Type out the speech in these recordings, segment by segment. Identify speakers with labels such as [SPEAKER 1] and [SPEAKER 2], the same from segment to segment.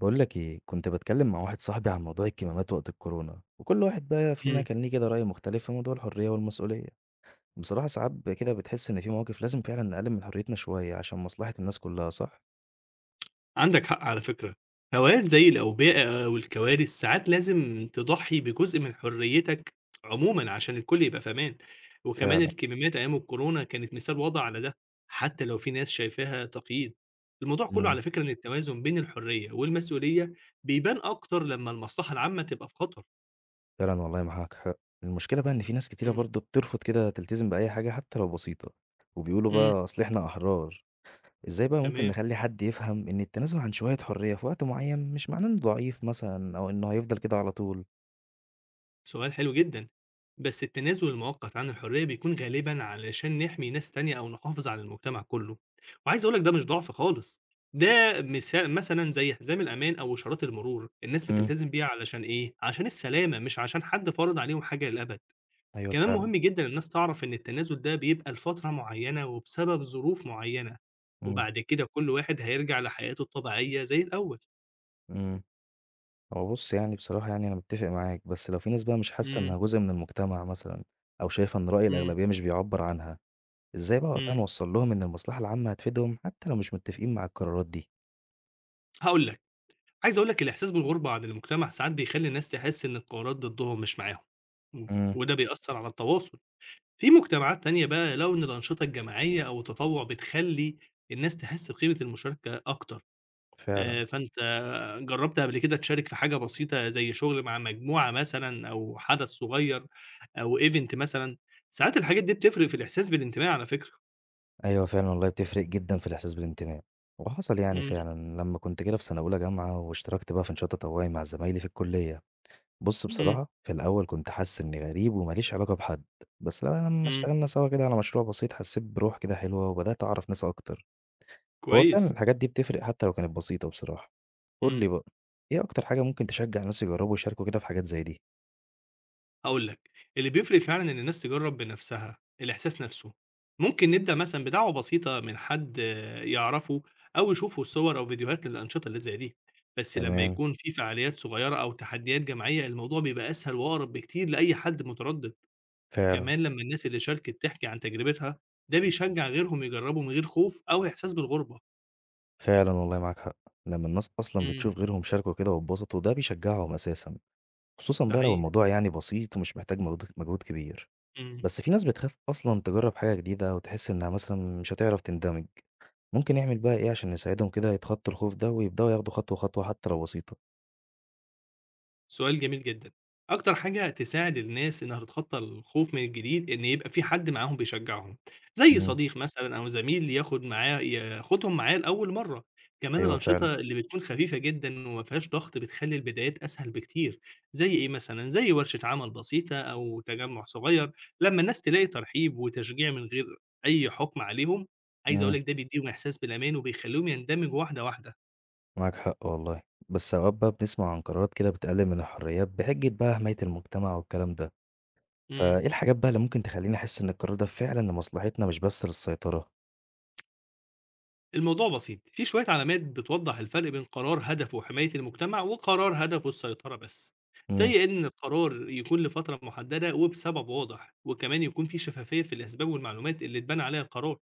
[SPEAKER 1] بقول لك ايه، كنت بتكلم مع واحد صاحبي عن موضوع الكمامات وقت الكورونا، وكل واحد بقى فينا
[SPEAKER 2] إمم،
[SPEAKER 1] كان ليه كده رأي مختلف في موضوع الحرية والمسؤولية. بصراحة ساعات كده بتحس ان في مواقف لازم فعلا نقلل من حريتنا شوية عشان مصلحة الناس كلها، صح؟
[SPEAKER 2] عندك حق على فكرة، هوايات زي الأوبئة والكوارث ساعات لازم تضحي بجزء من حريتك عمومًا عشان الكل يبقى في أمان، وكمان
[SPEAKER 1] فعلا.
[SPEAKER 2] الكميمات أيام الكورونا كانت مثال واضح على ده، حتى لو في ناس شايفاها تقييد، الموضوع كله
[SPEAKER 1] امم.
[SPEAKER 2] على فكرة إن التوازن بين الحرية والمسؤولية بيبان أكتر لمّا المصلحة العامة تبقى في خطر.
[SPEAKER 1] فعلا، والله معاك حق. المشكلة بقى ان في ناس كتيرة
[SPEAKER 2] إمم،
[SPEAKER 1] برضه بترفض كده تلتزم بأي حاجة حتى لو بسيطة، وبيقولوا
[SPEAKER 2] إمم،
[SPEAKER 1] بقى اصل احنا احرار. ازاي بقى ممكن
[SPEAKER 2] تمام.
[SPEAKER 1] نخلي حد يفهم ان التنازل عن شوية حرية في وقت معين مش معناه انه ضعيف مثلا، او انه هيفضل كده على طول؟
[SPEAKER 2] سؤال حلو جدًا. بس التنازل المؤقت عن الحرية بيكون غالبًا علشان نحمي ناس تانية أو نحافظ على المجتمع كله، وعايز أقول لك ده مش ضعف خالص، ده مثلًا زي حزام الأمان أو إشارات المرور، الناس
[SPEAKER 1] امم.
[SPEAKER 2] بتلتزم بيها علشان إيه، علشان السلامة مش عشان حد فرض عليهم حاجة للأبد.
[SPEAKER 1] ايوه
[SPEAKER 2] كمان
[SPEAKER 1] فعلا.
[SPEAKER 2] مهم جدًا الناس تعرف إن التنازل ده بيبقى لفترة معينة وبسبب ظروف معينة، وبعد كده كل واحد هيرجع لحياته الطبيعية زي الأول.
[SPEAKER 1] امم. هو بُص، يعني بصراحة يعني أنا متّفق معاك، بس لو في ناس بقى مش حاسة
[SPEAKER 2] إمم،
[SPEAKER 1] إنها جزء من المجتمع مثلًا، أو شايفة إن رأي
[SPEAKER 2] إمم،
[SPEAKER 1] الأغلبية مش بيعبّر عنها، إزاي بقى وقتها
[SPEAKER 2] إمم.
[SPEAKER 1] نوصّل لهم إن المصلحة العامة هتفيدهم حتى لو مش متّفقين مع القرارات دي؟
[SPEAKER 2] هاقول لك عايز أقول لك الإحساس بالغُربة عن المجتمع ساعات بيخلّي الناس تحس إن القرارات ضدهم مش معاهم، إمم،
[SPEAKER 1] إمم.
[SPEAKER 2] وده بيأثّر على التواصل. في مجتمعات تانية بقى لقوا إن الأنشطة الجماعية أو التطوع بتخلّي الناس تحس بقيمة المشاركة أكتر،
[SPEAKER 1] فعلًا.
[SPEAKER 2] فأنت جرّبت قبل كده تشارك في حاجة بسيطة زي شغل مع مجموعة مثلًا أو حدث صغير أو event مثلًا؟ ساعات الحاجات دي بتفرق في الإحساس بالانتماء على فكرة.
[SPEAKER 1] أيوه فعلًا، والله بتفرق جدًا في الإحساس بالانتماء، وحصل يعني
[SPEAKER 2] إمم،
[SPEAKER 1] فعلًا لمّا كنت كده في سنة أولى جامعة واشتركت بقى في نشاط تطوعي مع زمايلي في الكلية. بُص
[SPEAKER 2] إمم،
[SPEAKER 1] بصراحة في الأول كنت حاسس إني غريب وما ليش علاقة بحد، بس لا لمّا
[SPEAKER 2] إمم،
[SPEAKER 1] اشتغلنا سوا كده على مشروع بسيط حسيت بروح كده حلوة وبدأت أعرف ناس أكتر. هو فعلًا
[SPEAKER 2] كويس،
[SPEAKER 1] الحاجات دي بتفرق حتى لو كانت بسيطة بصراحة. قُل
[SPEAKER 2] إمم.
[SPEAKER 1] لي بقى، إيه أكتر حاجة ممكن تشجّع الناس يجرّبوا يشاركوا كده في حاجات زي دي؟
[SPEAKER 2] هاقول لك، اللي بيفرق فعلًا إن الناس تجرّب بنفسها، الإحساس نفسه. ممكن نبدأ مثلًا بدعوة بسيطة من حد يعرفه أو يشوفوا صور أو فيديوهات للأنشطة اللي زي دي، بس لمّا
[SPEAKER 1] تمام.
[SPEAKER 2] يكون في فعاليات صغيرة أو تحديات جماعية، الموضوع بيبقى أسهل وأقرب بكتير لأي حد متردد.
[SPEAKER 1] فعلًا.
[SPEAKER 2] كمان لمّا الناس اللي شاركت تحكي عن تجربتها، ده بيشجع غيرهم يجرّبوا من غير خوف أو إحساس بالغربة.
[SPEAKER 1] فعلًا والله معاك حق. لمّا الناس أصلًا
[SPEAKER 2] إمم،
[SPEAKER 1] بتشوف غيرهم شاركوا كده واتبسطوا، ده بيشجّعهم أساسًا، خصوصًا
[SPEAKER 2] ده
[SPEAKER 1] بقى لو
[SPEAKER 2] حقيقي.
[SPEAKER 1] الموضوع يعني بسيط ومش محتاج مجهود كبير.
[SPEAKER 2] إمم.
[SPEAKER 1] بس في ناس بتخاف أصلًا تجرّب حاجة جديدة وتحس إنها مثلًا مش هتعرف تندمج. ممكن نعمل بقى إيه عشان نساعدهم كده يتخطّوا الخوف ده ويبدأوا ياخدوا خطوة، خطوة حتى لو بسيطة؟
[SPEAKER 2] سؤال جميل جدًا. أكتر حاجة تساعد الناس إنها تتخطى الخوف من الجديد إن يبقى في حد معاهم بيشجعهم، زي
[SPEAKER 1] إمم.
[SPEAKER 2] صديق مثلًا أو زميل ياخدهم معاه لأول مرّة. كمان
[SPEAKER 1] أيوه فعلًا.
[SPEAKER 2] الأنشطة اللي بتكون خفيفة جدًا وما فيهاش ضغط بتخلّي البدايات أسهل بكتير. زي إيه مثلًا؟ زي ورشة عمل بسيطة أو تجمُّع صغير، لمّا الناس تلاقي ترحيب وتشجيع من غير أي حُكم عليهم، عايز أقول
[SPEAKER 1] إمم.
[SPEAKER 2] لك ده بيدّيهم إحساس بالأمان وبيخلّيهم يندمجوا واحدة، واحدة.
[SPEAKER 1] معاك حق والله. بس أوقات بقى بنسمع عن قرارات كده بتقلل من الحريات بحجة بقى حماية المجتمع والكلام ده.
[SPEAKER 2] إمم.
[SPEAKER 1] فإيه الحاجات بقى اللي ممكن تخليني أحس إن القرار ده فعلا لمصلحتنا مش بس للسيطرة؟
[SPEAKER 2] الموضوع بسيط، في شوية علامات بتوضّح الفرق بين قرار هدفه حماية المجتمع وقرار هدفه السيطرة بس،
[SPEAKER 1] امم.
[SPEAKER 2] زي إن القرار يكون لفترة محددة وبسبب واضح، وكمان يكون في شفافية في الأسباب والمعلومات اللي اتبنى عليها القرار.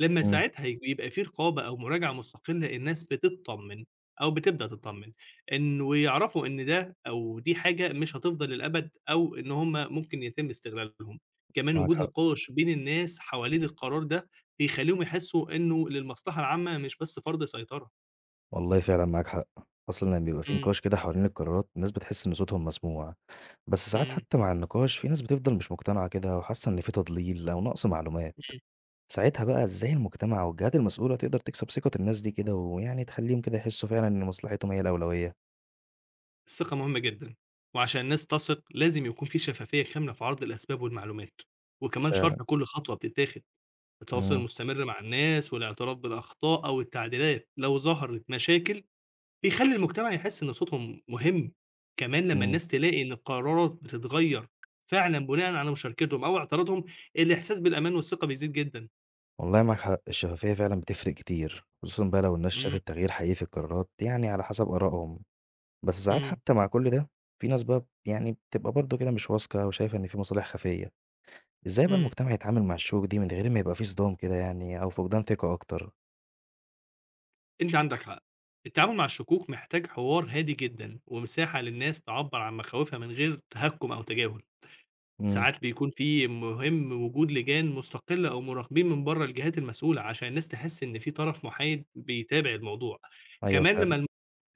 [SPEAKER 2] لمّا
[SPEAKER 1] امم.
[SPEAKER 2] ساعتها يبقى في رقابة أو مراجعة مستقلة، الناس بتتطمن أو بتبدأ تتطمن، ويعرفوا إن ده أو دي حاجة مش هتفضل للأبد، أو إن هم ممكن يتم استغلالهم. كمان
[SPEAKER 1] معاك
[SPEAKER 2] وجود
[SPEAKER 1] حق
[SPEAKER 2] نقاش بين الناس حوالين القرار ده، بيخلّيهم يحسّوا إنه للمصلحة العامة مش بس فرض سيطرة.
[SPEAKER 1] والله، فعلا معاك حق. أصلا لما بيبقى في
[SPEAKER 2] إمم،
[SPEAKER 1] نقاش كده حوالين القرارات الناس بتحس إن صوتهم مسموع، بس ساعات
[SPEAKER 2] إمم،
[SPEAKER 1] حتى مع النقاش في ناس بتفضل مش مقتنعة كده وحاسة إن في تضليل أو نقص معلومات.
[SPEAKER 2] إمم.
[SPEAKER 1] ساعتها بقى إزاي المجتمع والجهات المسؤولة تقدر تكسب ثقة الناس دي كده، ويعني تخليهم كده يحسوا فعلا إن مصلحتهم هي الأولوية؟
[SPEAKER 2] الثقة مهمة جدًا، وعشان الناس تثق لازم يكون في شفافية كاملة في عرض الأسباب والمعلومات، وكمان شرح كل خطوة بتتاخد. التواصل
[SPEAKER 1] فعلا.
[SPEAKER 2] المستمر مع الناس والاعتراف بالأخطاء أو التعديلات لو ظهرت مشاكل، بيخلّي المجتمع يحس إن صوتهم مهم، كمان لمّا
[SPEAKER 1] إمم،
[SPEAKER 2] الناس تلاقي إن القرارات بتتغيّر فعلًا بناءً على مشاركتهم أو اعتراضهم، الإحساس بالأمان والثقة بيزيد جدًا.
[SPEAKER 1] والله معاك حق، الشفافية فعلًا بتفرق كتير، خصوصًا بقى لو الناس
[SPEAKER 2] إمم،
[SPEAKER 1] شافت تغيير حقيقي في القرارات يعني على حسب آرائهم. بس ساعات
[SPEAKER 2] إمم،
[SPEAKER 1] حتى مع كل ده، في ناس بقى يعني بتبقى برضه كده مش واثقة وشايفة إن في مصالح خفية. إزاي بقى
[SPEAKER 2] إمم.
[SPEAKER 1] المجتمع يتعامل مع الشكوك دي من غير ما يبقى في صدام كده، يعني أو فقدان ثقة أكتر؟
[SPEAKER 2] أنت عندك حق، التعامل مع الشكوك محتاج حوار هادي جدًا، ومساحة للناس تعبّر عن مخاوفها من غير تهكُّم أو تجاهل.
[SPEAKER 1] إمم.
[SPEAKER 2] ساعات بيكون في مهم وجود لجان مستقلة أو مراقبين من بره الجهات المسؤولة عشان الناس تحس إن في طرف محايد بيتابع الموضوع،
[SPEAKER 1] أيوه
[SPEAKER 2] كمان
[SPEAKER 1] فعلًا.
[SPEAKER 2] لما الموضوع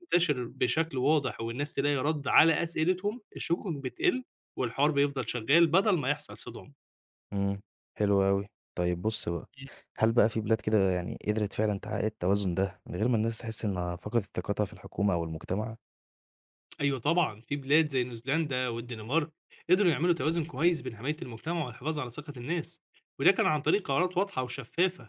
[SPEAKER 2] ينتشر بشكل واضح والناس تلاقي رد على أسئلتهم الشكوك بتقل والحوار بيفضل شغال بدل ما يحصل صدام.
[SPEAKER 1] إمم. حلو أوي. طيب بُص بقى،
[SPEAKER 2] مم.
[SPEAKER 1] هل بقى في بلاد كده يعني قدرت فعلًا تحقق التوازن ده من غير ما الناس تحس إنها فقدت ثقتها في الحكومة أو المجتمع؟
[SPEAKER 2] أيوه طبعًا في بلاد زي نيوزيلندا والدنمارك قدروا يعملوا توازن كويس بين حماية المجتمع والحفاظ على ثقة الناس، وده كان عن طريق قرارات واضحة وشفافة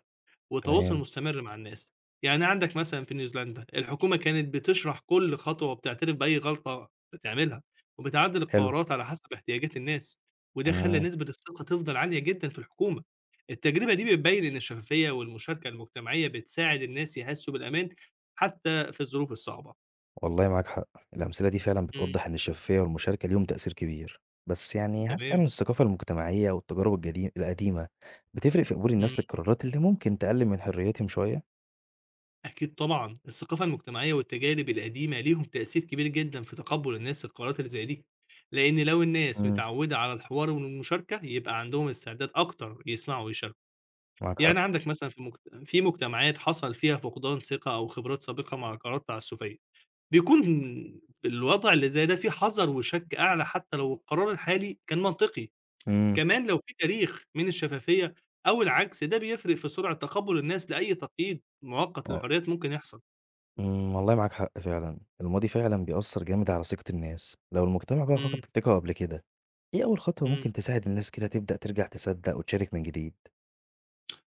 [SPEAKER 2] وتواصل
[SPEAKER 1] تمام.
[SPEAKER 2] مستمر مع الناس، يعني عندك مثلًا في نيوزيلندا الحكومة كانت بتشرح كل خطوة وبتعترف بأي غلطة بتعملها، وبتعدل
[SPEAKER 1] حلو.
[SPEAKER 2] القرارات على حسب احتياجات الناس، وده خلّى
[SPEAKER 1] إمم.
[SPEAKER 2] نسبة الثقة تفضل عالية جدًا في الحكومة، التجربة دي بتبين إن الشفافية والمشاركة المجتمعية بتساعد الناس يحسّوا بالأمان حتى في الظروف الصعبة.
[SPEAKER 1] والله معاك حق، الأمثلة دي فعلًا
[SPEAKER 2] إمم.
[SPEAKER 1] بتوضّح إن الشفافية والمشاركة ليهم تأثير كبير. بس يعني هل فعلًا
[SPEAKER 2] تمام،
[SPEAKER 1] الثقافة المجتمعية والتجارب القديمة بتفرق في قبول
[SPEAKER 2] إمم.
[SPEAKER 1] الناس للقرارات اللي ممكن تقلل من حريتهم شوية؟
[SPEAKER 2] أكيد طبعًا، الثقافة المجتمعية والتجارب القديمة ليهم تأثير كبير جدًا في تقبُّل الناس القرارات اللي زي دي، لإن لو الناس
[SPEAKER 1] إمم.
[SPEAKER 2] متعوِّدة على الحوار والمشاركة، يبقى عندهم استعداد أكتر يسمعوا ويشاركوا.
[SPEAKER 1] معاك حق.
[SPEAKER 2] يعني عندك مثلًا في مجتمعات حصل فيها فقدان ثقة أو خبرات سابقة مع قرارات تعسُّفية، بيكون في الوضع اللي زي ده في حذر وشَك أعلى حتى لو القرار الحالي كان منطقي.
[SPEAKER 1] إمم.
[SPEAKER 2] كمان لو في تاريخ من الشفافية أو العجز، ده بيفرق في سرعة تقبُّل الناس لأي تقييد مؤقت
[SPEAKER 1] آه.
[SPEAKER 2] للحريات ممكن يحصل.
[SPEAKER 1] إمم، والله معاك حق فعلًا، الماضي فعلًا بيأثّر جامد على ثقة الناس. لو المجتمع بقى
[SPEAKER 2] إمم.
[SPEAKER 1] فقد الثقة قبل كده، إيه أول خطوة
[SPEAKER 2] إمم،
[SPEAKER 1] ممكن تساعد الناس كده تبدأ ترجع تصدق وتشارك من جديد؟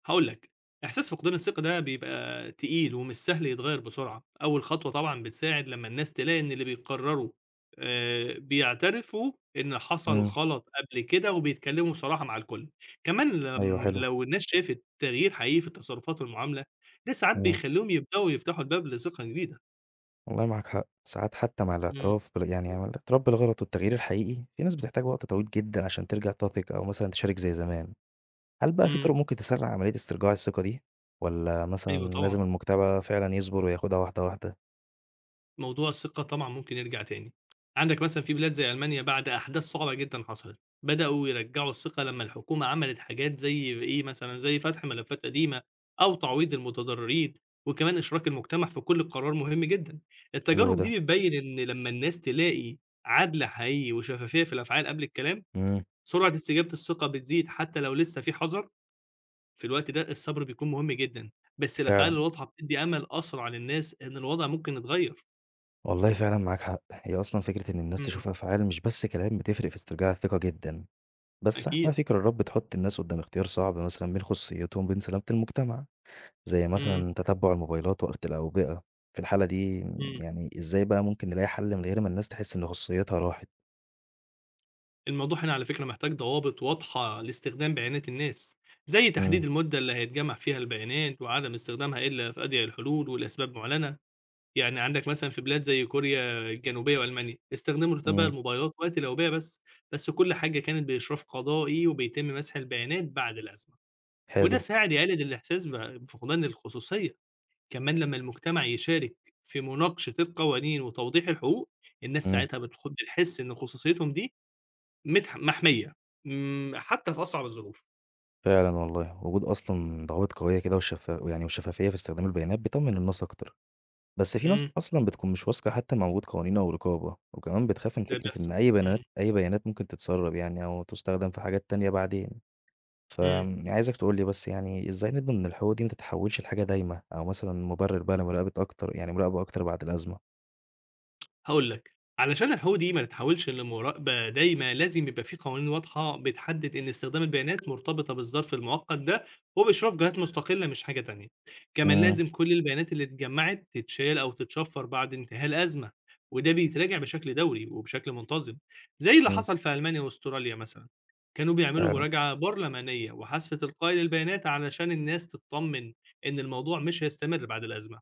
[SPEAKER 2] هاقول لك، إحساس فقدان الثقة ده بيبقى تقيل ومش سهل يتغيّر بسرعة، أول خطوة طبعًا بتساعد لمّا الناس تلاقي إن اللي بيقرروا بيعترفوا إن حصل
[SPEAKER 1] إمم.
[SPEAKER 2] غلط قبل كده وبيتكلموا بصراحة مع الكل، كمان
[SPEAKER 1] أيوه
[SPEAKER 2] لم
[SPEAKER 1] حلو.
[SPEAKER 2] لو الناس شافت تغيير حقيقي في التصرفات والمعاملة، ده ساعات
[SPEAKER 1] إمم.
[SPEAKER 2] بيخلّيهم يبدؤوا يفتحوا الباب لثقة جديدة.
[SPEAKER 1] والله معاك حق، ساعات حتى مع
[SPEAKER 2] إمم،
[SPEAKER 1] الاعتراف يعني مع الاعتراف بالغلط والتغيير الحقيقي، في ناس بتحتاج وقت طويل جدًا عشان ترجع تثق أو مثلًا تشارك زي زمان. هل بقى في طرق
[SPEAKER 2] إمم،
[SPEAKER 1] ممكن تسرّع عملية استرجاع الثقة دي، والّا
[SPEAKER 2] أيوه
[SPEAKER 1] مثلًا
[SPEAKER 2] طبعًا.
[SPEAKER 1] لازم المجتمع فعلًا يصبر وياخدها واحدة واحدة؟
[SPEAKER 2] موضوع الثقة طبعًا ممكن يرجع تاني، عندك مثلًا في بلاد زي ألمانيا بعد أحداث صعبة جدًا حصلت، بدأوا يرجعوا الثقة لمّا الحكومة عملت حاجات زي إيه مثلًا، زي فتح ملفات قديمة أو تعويض المتضررين، وكمان إشراك المجتمع في كل قرار مهم جدًا،
[SPEAKER 1] حلو
[SPEAKER 2] التجارب
[SPEAKER 1] ده.
[SPEAKER 2] دي بتبين إن لمّا الناس تلاقي عدل حقيقي وشفافية في الأفعال قبل الكلام،
[SPEAKER 1] إمم.
[SPEAKER 2] سرعة استجابة الثقة بتزيد حتى لو لسه في حذر، في الوقت ده الصبر بيكون مهم جدًا، بس الأفعال
[SPEAKER 1] فعلًا.
[SPEAKER 2] الواضحة بتدي أمل أسرع للناس إن الوضع ممكن يتغير.
[SPEAKER 1] والله فعلًا معاك حق، هي أصلًا فكرة إن الناس
[SPEAKER 2] إمم،
[SPEAKER 1] تشوف أفعال مش بس كلام بتفرق في استرجاع الثقة جدًا. بس ساعات بقى
[SPEAKER 2] أكيد.
[SPEAKER 1] في قرارات بتحط الناس قدام اختيار صعب مثلًا بين خصوصيتهم وبين سلامة المجتمع. زي
[SPEAKER 2] إمم،
[SPEAKER 1] مثلًا تتبُّع الموبايلات وقت الأوبئة، في الحالة دي
[SPEAKER 2] إمم.
[SPEAKER 1] يعني إزاي بقى ممكن نلاقي حل من غير ما الناس تحس إن خصوصيتها راحت؟
[SPEAKER 2] الموضوع هنا على فكرة محتاج ضوابط واضحة لاستخدام بيانات الناس، زي تحديد
[SPEAKER 1] إمم.
[SPEAKER 2] المدة اللي هيتجمّع فيها البيانات وعدم استخدامها إلا في أضيق الحلول ولأسباب معلنة. يعني عندك مثلًا في بلاد زي كوريا الجنوبية وألمانيا، استخدموا رتبة
[SPEAKER 1] إمم.
[SPEAKER 2] الموبايلات وقت الأوبئة بس، بس كل حاجة كانت بإشراف قضائي وبيتم مسح البيانات بعد الأزمة، وده
[SPEAKER 1] حلو.
[SPEAKER 2] ساعد يقلل الإحساس بفقدان الخصوصية. كمان لمّا المجتمع يشارك في مناقشة القوانين وتوضيح الحقوق، الناس
[SPEAKER 1] إمم.
[SPEAKER 2] ساعتها بتحس إن خصوصيتهم دي محمية، حتى في أصعب الظروف،
[SPEAKER 1] فعلًا والله، وجود أصلًا ضوابط قوية كده والشفافية في استخدام البيانات بيطمّن الناس أكتر. بس في ناس
[SPEAKER 2] إمم،
[SPEAKER 1] أصلًا بتكون مش واثقة حتى مع وجود قوانين أو رقابة، وكمان بتخاف من
[SPEAKER 2] ده
[SPEAKER 1] فكرة إن
[SPEAKER 2] بيحصل،
[SPEAKER 1] أي بيانات
[SPEAKER 2] إمم،
[SPEAKER 1] أي بيانات ممكن تتسرّب، يعني أو تُستخدم في حاجات تانية بعدين.
[SPEAKER 2] إمم.
[SPEAKER 1] فعايزك تقول لي بس، يعني إزاي نضمن إن الحقوق دي ما تتحولش لحاجة دايمة أو مثلًا مُبرر بقى لمراقبة أكتر، يعني مراقبة أكتر بعد الأزمة؟
[SPEAKER 2] هاقول لك، علشان الحقوق دي ما تتحولش لمراقبة دايمة، لازم يبقى في قوانين واضحة بتحدد إن استخدام البيانات مرتبطة بالظرف المؤقت ده وبإشراف جهات مستقلة مش حاجة تانية. كمان
[SPEAKER 1] إمم.
[SPEAKER 2] لازم كل البيانات اللي اتجمعت تتشال أو تتشفر بعد انتهاء الأزمة، وده بيتراجع بشكل دوري وبشكل منتظم، زي اللي
[SPEAKER 1] إمم.
[SPEAKER 2] حصل في ألمانيا وأستراليا مثلًا. كانوا بيعملوا
[SPEAKER 1] فعلًا.
[SPEAKER 2] مراجعة برلمانية وحذف تلقائي للبيانات علشان الناس تتطمن إن الموضوع مش هيستمر بعد الأزمة.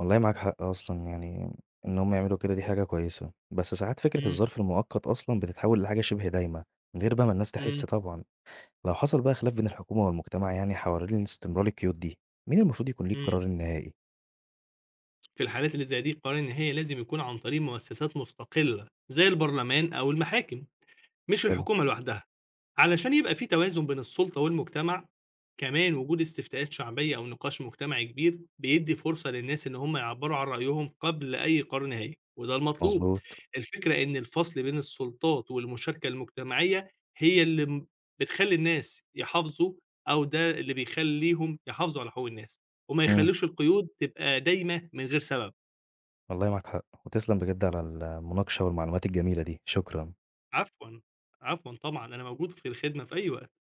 [SPEAKER 1] والله معاك حق، أصلًا يعني إن هم يعملوا كده دي حاجة كويسة، بس ساعات فكرة
[SPEAKER 2] إمم،
[SPEAKER 1] الظرف المؤقت أصلًا بتتحول لحاجة شبه دايمة، من غير بقى ما الناس تحس
[SPEAKER 2] إمم،
[SPEAKER 1] طبعًا. لو حصل بقى خلاف بين الحكومة والمجتمع يعني حوالين استمرار القيود دي، مين المفروض يكون ليه
[SPEAKER 2] إمم.
[SPEAKER 1] القرار النهائي؟
[SPEAKER 2] في الحالات اللي زي دي قرار النهائي لازم يكون عن طريق مؤسسات مستقلة زي البرلمان أو المحاكم مش
[SPEAKER 1] حلو.
[SPEAKER 2] الحكومة لوحدها علشان يبقى في توازن بين السلطة والمجتمع. كمان وجود استفتاءات شعبية أو نقاش مجتمعي كبير بيدي فرصة للناس إن هم يعبروا عن رأيهم قبل أي قرار نهائي وده المطلوب.
[SPEAKER 1] مضبوط.
[SPEAKER 2] الفكرة إن الفصل بين السلطات والمشاركة المجتمعية هي اللي بتخلي الناس يحافظوا أو ده اللي بيخليهم يحافظوا على حقوق الناس وما
[SPEAKER 1] إمم.
[SPEAKER 2] يخلوش القيود تبقى دايمة من غير سبب.
[SPEAKER 1] والله معاك حق، وتسلم بجد على المناقشة والمعلومات الجميلة دي، شكرًا.
[SPEAKER 2] عفوًا، عفوًا طبعًا، أنا موجود في الخدمة في أي وقت.